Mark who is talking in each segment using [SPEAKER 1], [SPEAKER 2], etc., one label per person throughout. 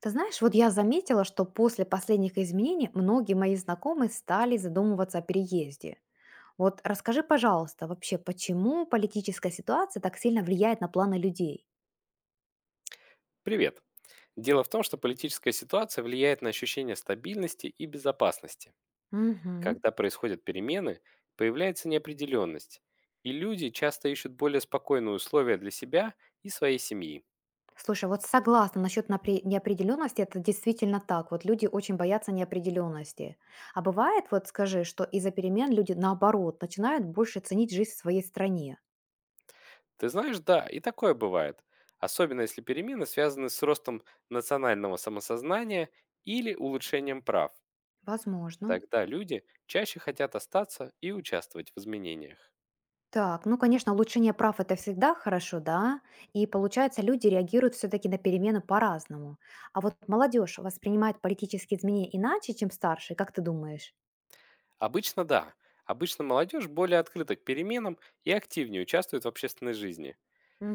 [SPEAKER 1] Ты знаешь, вот я заметила, что после последних изменений многие мои знакомые стали задумываться о переезде. Вот расскажи, пожалуйста, вообще, почему политическая ситуация так сильно влияет на планы людей?
[SPEAKER 2] Привет. Дело в том, что политическая ситуация влияет на ощущение стабильности и безопасности.
[SPEAKER 1] Мгм.
[SPEAKER 2] Когда происходят перемены, появляется неопределенность, и люди часто ищут более спокойные условия для себя и своей семьи.
[SPEAKER 1] Слушай, вот согласна насчет неопределенности, это действительно так. Вот люди очень боятся неопределенности. А бывает, вот скажи, что из-за перемен люди наоборот начинают больше ценить жизнь в своей стране?
[SPEAKER 2] Ты знаешь, да, и такое бывает, особенно если перемены связаны с ростом национального самосознания или улучшением прав.
[SPEAKER 1] Возможно.
[SPEAKER 2] Тогда люди чаще хотят остаться и участвовать в изменениях.
[SPEAKER 1] Так, ну, конечно, улучшение прав это всегда хорошо, да, и получается, люди реагируют все-таки на перемены по-разному. А вот молодежь воспринимает политические изменения иначе, чем старшие, как ты думаешь?
[SPEAKER 2] Обычно да. Обычно молодежь более открыта к переменам и активнее участвует в общественной жизни.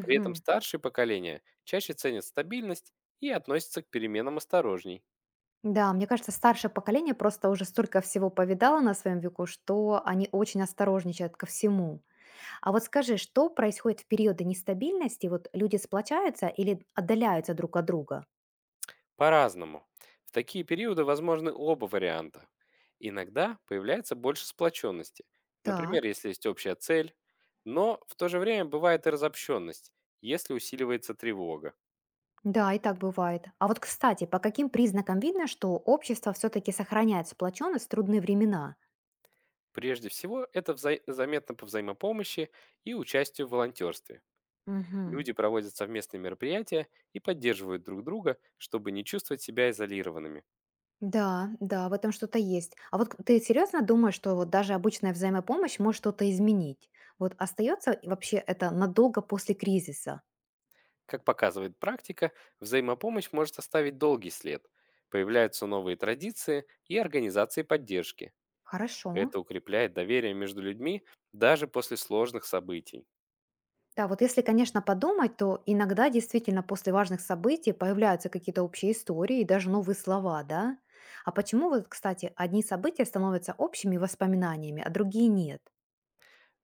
[SPEAKER 2] При этом старшие поколения чаще ценят стабильность и относятся к переменам осторожней.
[SPEAKER 1] Да, мне кажется, старшее поколение просто уже столько всего повидало на своем веку, что они очень осторожничают ко всему. А вот скажи, что происходит в периоды нестабильности? Вот люди сплочаются или отдаляются друг от друга?
[SPEAKER 2] По-разному. В такие периоды возможны оба варианта. Иногда появляется больше сплоченности. Например,
[SPEAKER 1] Так.
[SPEAKER 2] если есть общая цель. Но в то же время бывает и разобщенность, если усиливается тревога.
[SPEAKER 1] Да, и так бывает. А вот, кстати, по каким признакам видно, что общество все-таки сохраняет сплоченность в трудные времена?
[SPEAKER 2] Прежде всего, это заметно по взаимопомощи и участию в волонтерстве.
[SPEAKER 1] Мгм.
[SPEAKER 2] Люди проводят совместные мероприятия и поддерживают друг друга, чтобы не чувствовать себя изолированными.
[SPEAKER 1] Да, да, в этом что-то есть. А вот ты серьезно думаешь, что вот даже обычная взаимопомощь может что-то изменить? Вот остается вообще это надолго после кризиса?
[SPEAKER 2] Как показывает практика, взаимопомощь может оставить долгий след. Появляются новые традиции и организации поддержки.
[SPEAKER 1] Хорошо.
[SPEAKER 2] Это укрепляет доверие между людьми даже после сложных событий.
[SPEAKER 1] Да, вот если, конечно, подумать, то иногда действительно после важных событий появляются какие-то общие истории и даже новые слова, да? А почему вот, кстати, одни события становятся общими воспоминаниями, а другие нет?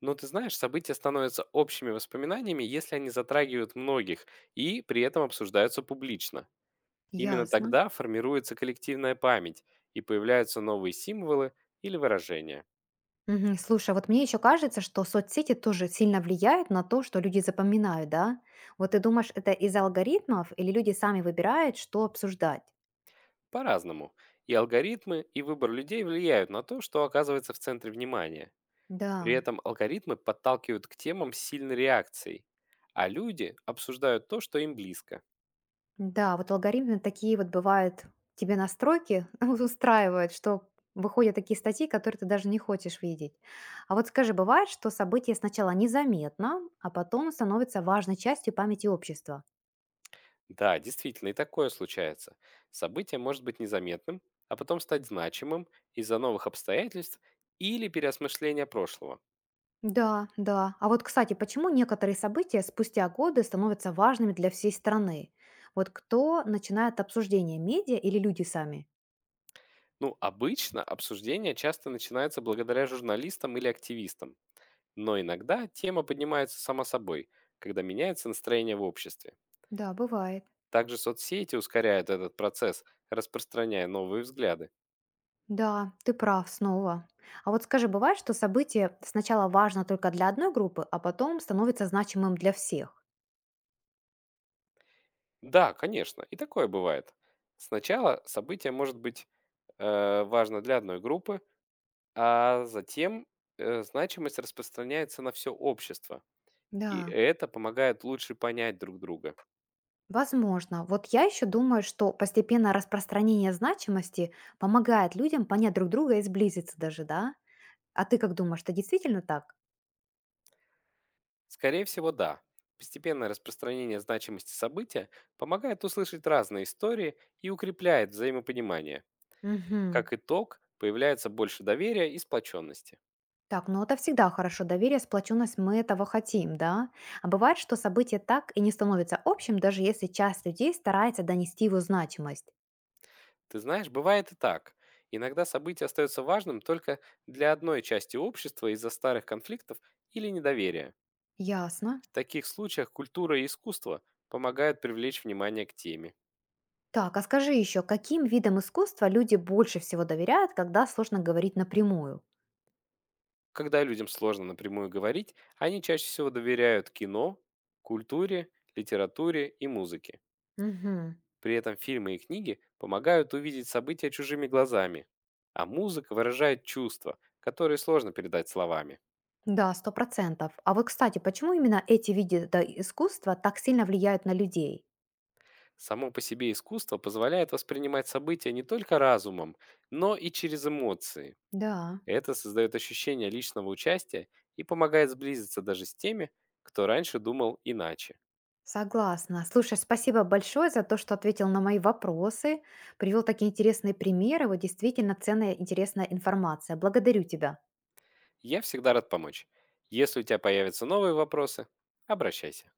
[SPEAKER 2] Но ты знаешь, события становятся общими воспоминаниями, если они затрагивают многих и при этом обсуждаются публично. Именно
[SPEAKER 1] Ясно.
[SPEAKER 2] тогда формируется коллективная память и появляются новые символы или выражения.
[SPEAKER 1] Мгм. Слушай, а вот мне еще кажется, что соцсети тоже сильно влияют на то, что люди запоминают, да? Вот ты думаешь, это из-за алгоритмов или люди сами выбирают, что обсуждать?
[SPEAKER 2] По-разному. И алгоритмы, и выбор людей влияют на то, что оказывается в центре внимания. При
[SPEAKER 1] Да,
[SPEAKER 2] этом алгоритмы подталкивают к темам с сильной реакцией, а люди обсуждают то, что им близко.
[SPEAKER 1] да, вот алгоритмы такие вот бывают, тебе настройки устраивают, что выходят такие статьи, которые ты даже не хочешь видеть. А вот скажи, бывает, что событие сначала незаметно, а потом становится важной частью памяти общества?
[SPEAKER 2] Да, действительно, и такое случается. Событие может быть незаметным, а потом стать значимым из-за новых обстоятельств или переосмысления прошлого.
[SPEAKER 1] Да, да. А вот, кстати, почему некоторые события спустя годы становятся важными для всей страны? Вот кто начинает обсуждение, медиа или люди сами?
[SPEAKER 2] Ну, обычно обсуждение часто начинается благодаря журналистам или активистам, но иногда тема поднимается сама собой, когда меняется настроение в обществе.
[SPEAKER 1] Да, бывает.
[SPEAKER 2] Также соцсети ускоряют этот процесс, распространяя новые взгляды.
[SPEAKER 1] Да, ты прав снова. А вот скажи, бывает, что событие сначала важно только для одной группы, а потом становится значимым для всех?
[SPEAKER 2] Да, конечно, и такое бывает. Сначала событие может быть важно для одной группы, а затем значимость распространяется на все общество. И
[SPEAKER 1] Да,
[SPEAKER 2] это помогает лучше понять друг друга.
[SPEAKER 1] возможно. Вот я еще думаю, что постепенное распространение значимости помогает людям понять друг друга и сблизиться даже, да? А ты как думаешь, это действительно так?
[SPEAKER 2] Скорее всего, да. Постепенное распространение значимости события помогает услышать разные истории и укрепляет взаимопонимание.
[SPEAKER 1] Угу.
[SPEAKER 2] Как итог, появляется больше доверия и сплоченности.
[SPEAKER 1] Так, ну это всегда хорошо. Доверие, сплоченность, мы этого хотим, да? А бывает, что событие так и не становится общим, даже если часть людей старается донести его значимость.
[SPEAKER 2] Ты знаешь, бывает и так. Иногда событие остается важным только для одной части общества из-за старых конфликтов или недоверия.
[SPEAKER 1] Ясно.
[SPEAKER 2] В таких случаях культура и искусство помогают привлечь внимание к теме.
[SPEAKER 1] Так, а скажи еще, каким видам искусства люди больше всего доверяют, когда сложно говорить напрямую?
[SPEAKER 2] Когда людям сложно напрямую говорить, они чаще всего доверяют кино, культуре, литературе и музыке.
[SPEAKER 1] Угу.
[SPEAKER 2] При этом фильмы и книги помогают увидеть события чужими глазами, а музыка выражает чувства, которые сложно передать словами.
[SPEAKER 1] Да, 100%. А вот, кстати, почему именно эти виды да, искусства так сильно влияют на людей?
[SPEAKER 2] Само по себе искусство позволяет воспринимать события не только разумом, но и через эмоции.
[SPEAKER 1] Да.
[SPEAKER 2] Это создает ощущение личного участия и помогает сблизиться даже с теми, кто раньше думал иначе.
[SPEAKER 1] Согласна. Слушай, спасибо большое за то, что ответил на мои вопросы, привел такие интересные примеры. Вот действительно ценная, интересная информация. Благодарю тебя.
[SPEAKER 2] Я всегда рад помочь. Если у тебя появятся новые вопросы, обращайся.